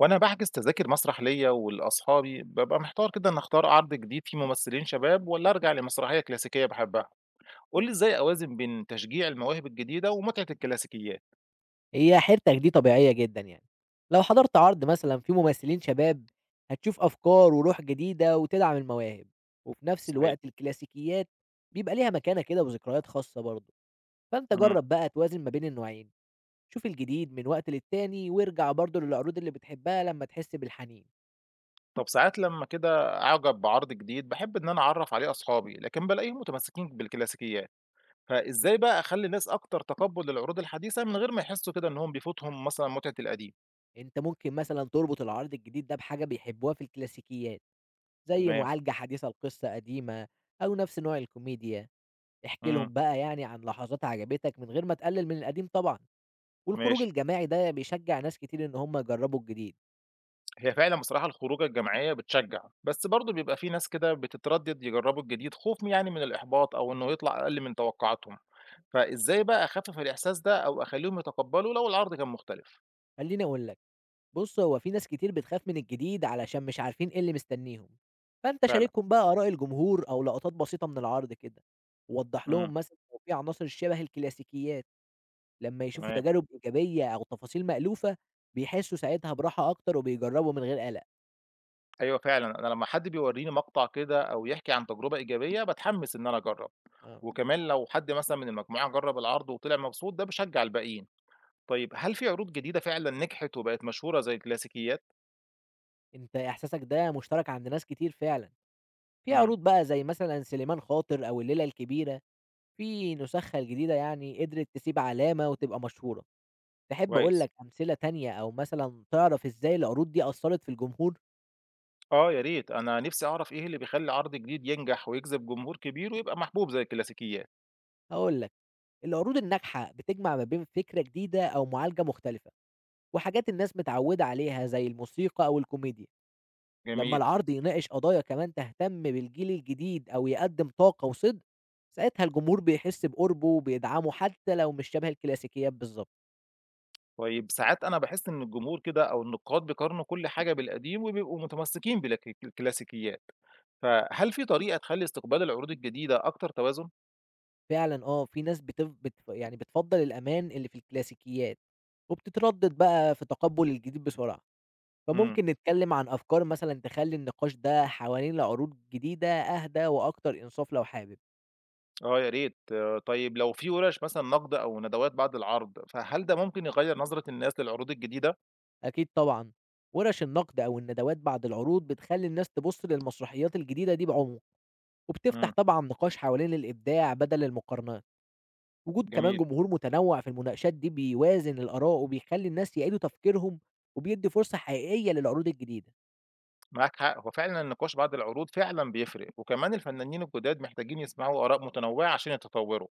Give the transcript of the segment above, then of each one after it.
وأنا باحجز تذاكر مسرح ليّا ولأصحابي، بابقى محتار كده إني أختار عرض جديد فيه ممثلين شباب والّا أرجع لمسرحية كلاسيكية باحبها. قُل لي إزاي أوازن بين تشجيع المواهب الجديدة ومتعة الكلاسيكيات؟ هي حيرتك دي طبيعية جدًا يعني. لو حضرت عرض مثلًا فيه ممثلين شباب، هتشوف أفكار وروح جديدة وتدعم المواهب، وفي نفس صحيح. الوقت الكلاسيكيات بيبقى ليها مكانة كده وذكريات خاصة برضه، فأنت إمم. جرّب بقى توازن ما بين النوعين، شوف الجديد من وقت للتاني وارجع برضه للعروض اللي بتحبها لمّا تحس بالحنين. طب ساعات لمّا كده أعجب بعرض جديد، باحب إن أنا أعرّف عليه أصحابي، لكن بالاقيهم متمسكين بالكلاسيكيات. فإزاي بقى أخلّي الناس أكتر تقبُّل للعروض الحديثة من غير ما يحسّوا كده إنّهم بيفوتهم مثلًا متعة القديم؟ أنت ممكن مثلًا تربط العرض الجديد ده بحاجة بيحبوها في الكلاسيكيات، زي تمام. معالجة حديثة لقصة قديمة أو نفس نوع الكوميديا. احكِ إمم. لهم بقى يعني عن لحظات عجبتك من غير ما تقلل من القديم طبعًا، والخروج ماشي. الجماعي ده بيشجع ناس كتير إن هم يجربوا الجديد. هي فعلًا بصراحة الخروجة الجماعية بتشجّع، بس برضه بيبقى في ناس كده بتتردد يجرّبوا الجديد خوف يعني من الإحباط أو إنه يطلع أقل من توقعاتهم، فإزاي بقى أخفف الإحساس ده أو أخلّيهم يتقبّلوا لو العرض كان مختلف؟ خلّيني أقول لك، بُص هو في ناس كتير بتخاف من الجديد علشان مش عارفين إيه اللي مستنيهم، فأنت فعلًا، شاركهم بقى آراء الجمهور أو لقطات بسيطة من العرض كده، ووضح إمم، لهم مثلًا لو في عناصر شبه الكلاسيكيات، لمّا يشوفوا تمام. تجارب إيجابية أو تفاصيل مألوفة بيحسوا ساعتها براحة أكتر وبيجربوا من غير قلق. أيوه فعلًا أنا لمّا حد بيورّيني مقطع كده أو يحكي عن تجربة إيجابية باتحمس إن أنا أجرّب، آه، وكمان لو حد مثلًا من المجموعة جرّب العرض وطلع مبسوط ده بيشجّع الباقيين. طيب هل في عروض جديدة فعلًا نجحت وبقت مشهورة زي الكلاسيكيات؟ أنت إحساسك ده مشترك عند ناس كتير فعلًا. في إمم، عروض بقى زي مثلًا سليمان خاطر أو الليلة الكبيرة، في نُسَخّة الجديدة يعني قدرت تسيب علامة وتبقى مشهورة، تحب أقول كويس. لك أمثلة تانية أو مثلًا تعرف إزاي العروض دي أثّرت في الجمهور؟ آه يا ريت، أنا نِفْسي أعرف إيه اللي بيخلّي عرض جديد ينجح ويجذب جمهور كبير ويبقى محبوب زي الكلاسيكيات. هاقول لك، العروض الناجحة بتجمع ما بين فكرة جديدة أو معالجة مختلفة، وحاجات الناس متعودة عليها زي الموسيقى أو الكوميديا، لمّا جميل. العرض يناقش قضايا كمان تهتم بالجيل الجديد أو يقدّم طاقة وصدق، ساعتها الجمهور بيحس بقربه وبيدعمه حتى لو مش شبه الكلاسيكيات بالضبط. طيب ساعات أنا باحس إن الجمهور كده أو النقاد بيقارنوا كل حاجة بالقديم وبيبقوا متمسكين بالك بالكلاسيكيات، فهل في طريقة تخلّي استقبال العروض الجديدة أكتر توازن؟ فعلًا آه، في ناس بتف بت يعني بتفضّل الأمان اللي في الكلاسيكيات، وبتتردد بقى في تقبُّل الجديد بسرعة، إمم، فممكن نتكلّم عن أفكار مثلًا تخلّي النقاش ده حوالين العروض الجديدة أهدى وأكتر إنصاف لو حابب. آه يا ريت، آه. طيب لو في ورش مثلًا نقد أو ندوات بعد العرض، فهل ده ممكن يغيّر نظرة الناس للعروض الجديدة؟ أكيد طبعًا، وَرَش النقد أو الندوات بعد العروض بتخلّي الناس تبُص للمسرحيات الجديدة دي بعُمق، وبتفتح إمم، طبعًا نقاش حوالين الإبداع بدل المقارنات. وجود كمان جميل. جمهور متنوّع في المناقشات دي بيوازن الآراء وبيخلّي الناس يعيدوا تفكيرهم، وبيدّي فرصة حقيقية للعروض الجديدة. معاك حق، هو فعلًا النقاش بعد العروض فعلًا بيفرق، وكمان الفنانين الجداد محتاجين يسمعوا آراء متنوعة عشان يتطوروا،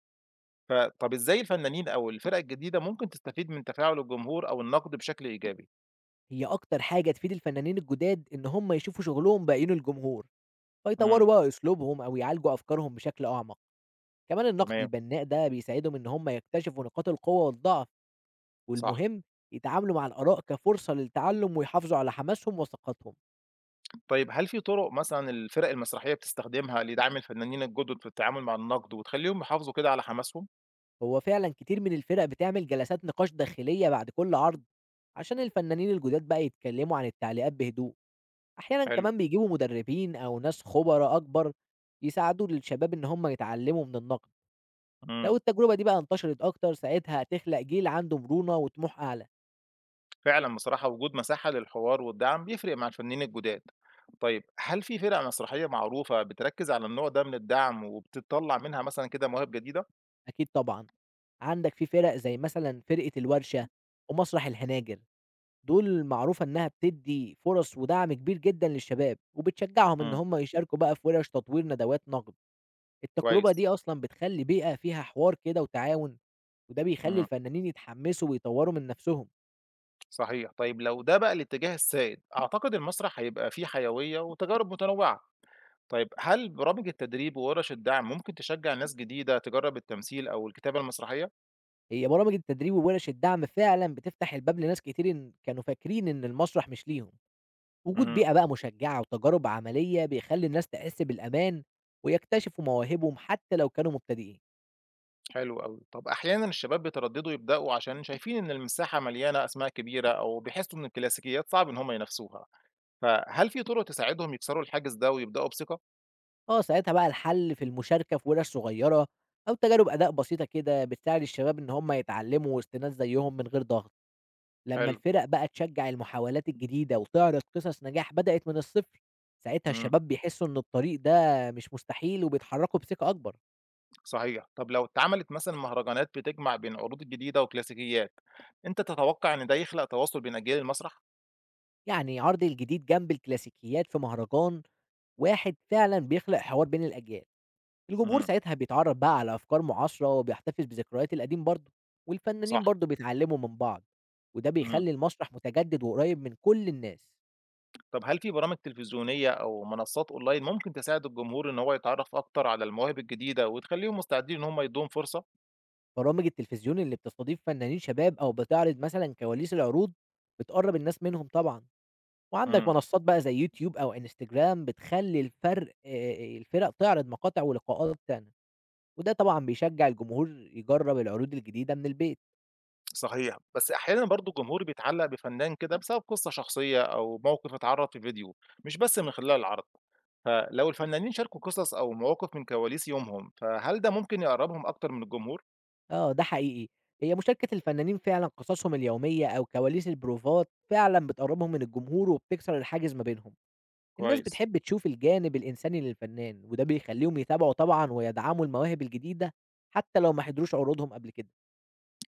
فطب إزاي الفنانين أو الفرق الجديدة ممكن تستفيد من تفاعل الجمهور أو النقد بشكل إيجابي؟ هي أكتر حاجة تفيد الفنانين الجداد إن هم يشوفوا شغلهم بعيون الجمهور، إمم، فيطوروا بقى أسلوبهم أو يعالجوا أفكارهم بشكل أعمق، كمان النقد تمام، البناء ده بيساعدهم إن هم يكتشفوا نقاط القوة والضعف، صح. والمهم يتعاملوا مع الآراء كفرصة للتعلم ويحافظوا على حماسهم وثقتهم، طيب هل في طرق مثلًا الفرق المسرحية بتستخدمها لدعم الفنانين الجدد في التعامل مع النقد وتخلّيهم يحافظوا كده على حماسهم؟ هو فعلا كتير من الفرق بتعمل جلسات نقاش داخلية بعد كل عرض عشان الفنانين الجداد بقى يتكلموا عن التعليقات بهدوء، أحيانا حلو، كمان بيجيبوا مدربين أو ناس خبراء أكبر يساعدوا للشباب إن هم يتعلموا من النقد. إمم. لو التجربة دي بقى انتشرت أكتر ساعتها هتخلق جيل عنده مرونة وطموح أعلى. فعلًا بصراحة وجود مساحة للحوار والدعم بيفرق مع الفنانين الجداد. طيب هل في فرق مسرحية معروفة بتركّز على النوع ده من الدعم وبتطلّع منها مثلًا كده مواهب جديدة؟ أكيد طبعا، عندك في فرق زي مثلا فرقة الورشة ومسرح الهناجر، دول معروفة إنها بتدي فرص ودعم كبير جدا للشباب وبتشجعهم إن إمم، هم يشاركوا بقى في ورش تطوير ندوات نقد. التجربة كويس، دي أصلا بتخلي بيئة فيها حوار كده وتعاون، وده بيخلي إمم، الفنانين يتحمسوا ويطوروا من نفسهم. صحيح. طيب لو ده بقى الاتجاه السائد، أعتقد المسرح هيبقى فيه حيوية وتجارب متنوعة. طيب هل برامج التدريب وورش الدعم ممكن تشجّع ناس جديدة تجرّب التمثيل أو الكتابة المسرحية؟ هي برامج التدريب وورش الدعم فعلا بتفتح الباب لناس كتير كانوا فاكرين إن المسرح مش ليهم. وجود إمم. بيئة بقى مشجعة وتجارب عملية بيخلّي الناس تحس بالأمان ويكتشفوا مواهبهم حتى لو كانوا مبتدئين. حلو أوي. طب أحيانًا الشباب بيترددوا يبدأوا عشان شايفين إن المساحة مليانة أسماء كبيرة أو بيحسوا إن الكلاسيكيات صعب إن هم ينافسوها، فهل في طرق تساعدهم يكسروا الحاجز ده ويبدأوا بثقة؟ آه، ساعتها بقى الحل في المشاركة في ورش صغيرة أو تجارب أداء بسيطة كده بتساعد الشباب إن هم يتعلموا وسط ناس زيهم من غير ضغط. لمّا حلو، الفرق بقى تشجع المحاولات الجديدة وتعرض قصص نجاح بدأت من الصفر، ساعتها إمم، الشباب بيحسوا إن الطريق ده مش مستحيل وبيتحركوا بثقة أكبر. صحيح. طب لو اتعملت مثلًا مهرجانات بتجمع بين عروض جديدة وكلاسيكيات، أنت تتوقع إن ده يخلق تواصل بين أجيال المسرح؟ يعني عرض الجديد جنب الكلاسيكيات في مهرجان واحد فعلًا بيخلق حوار بين الأجيال. الجمهور إمم، ساعتها بيتعرّف بقى على أفكار مُعاصرة وبيحتفظ بذكريات القديم برضه، والفنانين صح، برضه بيتعلّموا من بعض، وده إمم. بيخلّي المسرح متجدد وقريّب من كل الناس. طب هل في برامج تلفزيونية أو منصات أونلاين ممكن تساعد الجمهور إن هو يتعرف أكتر على المواهب الجديدة وتخليهم مستعدين إن هم يدوهم فرصة؟ برامج التلفزيون اللي بتستضيف فنانين شباب أو بتعرض مثلًا كواليس العروض بتقرّب الناس منهم طبعًا، وعندك إمم. منصات بقى زي يوتيوب أو إنستجرام بتخلّي الفرق تعرض مقاطع ولقاءات تانية، وده طبعًا بيشجّع الجمهور يجرّب العروض الجديدة من البيت. صحيح، بس أحيانًا برضه الجمهور بيتعلّق بفنان كده بسبب قصة شخصية أو موقف اتعرض في فيديو، مش بس من خلال العرض، فلو الفنانين شاركوا قصص أو مواقف من كواليس يومهم، فهل ده ممكن يقرّبهم أكتر من الجمهور؟ آه، ده حقيقي. هي مشاركة الفنانين فعلًا قصصهم اليومية أو كواليس البروفات فعلًا بتقرّبهم من الجمهور وبتكسر الحاجز ما بينهم. الناس كويس، بتحب تشوف الجانب الإنساني للفنان، وده بيخلّيهم يتابعوا طبعًا ويدعموا المواهب الجديدة حتى لو ما حضروش عروضهم قبل كده.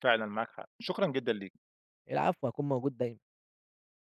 فعلًا معاك حق، شكرًا جدًا ليك. العفو، هاكون موجود دايمًا.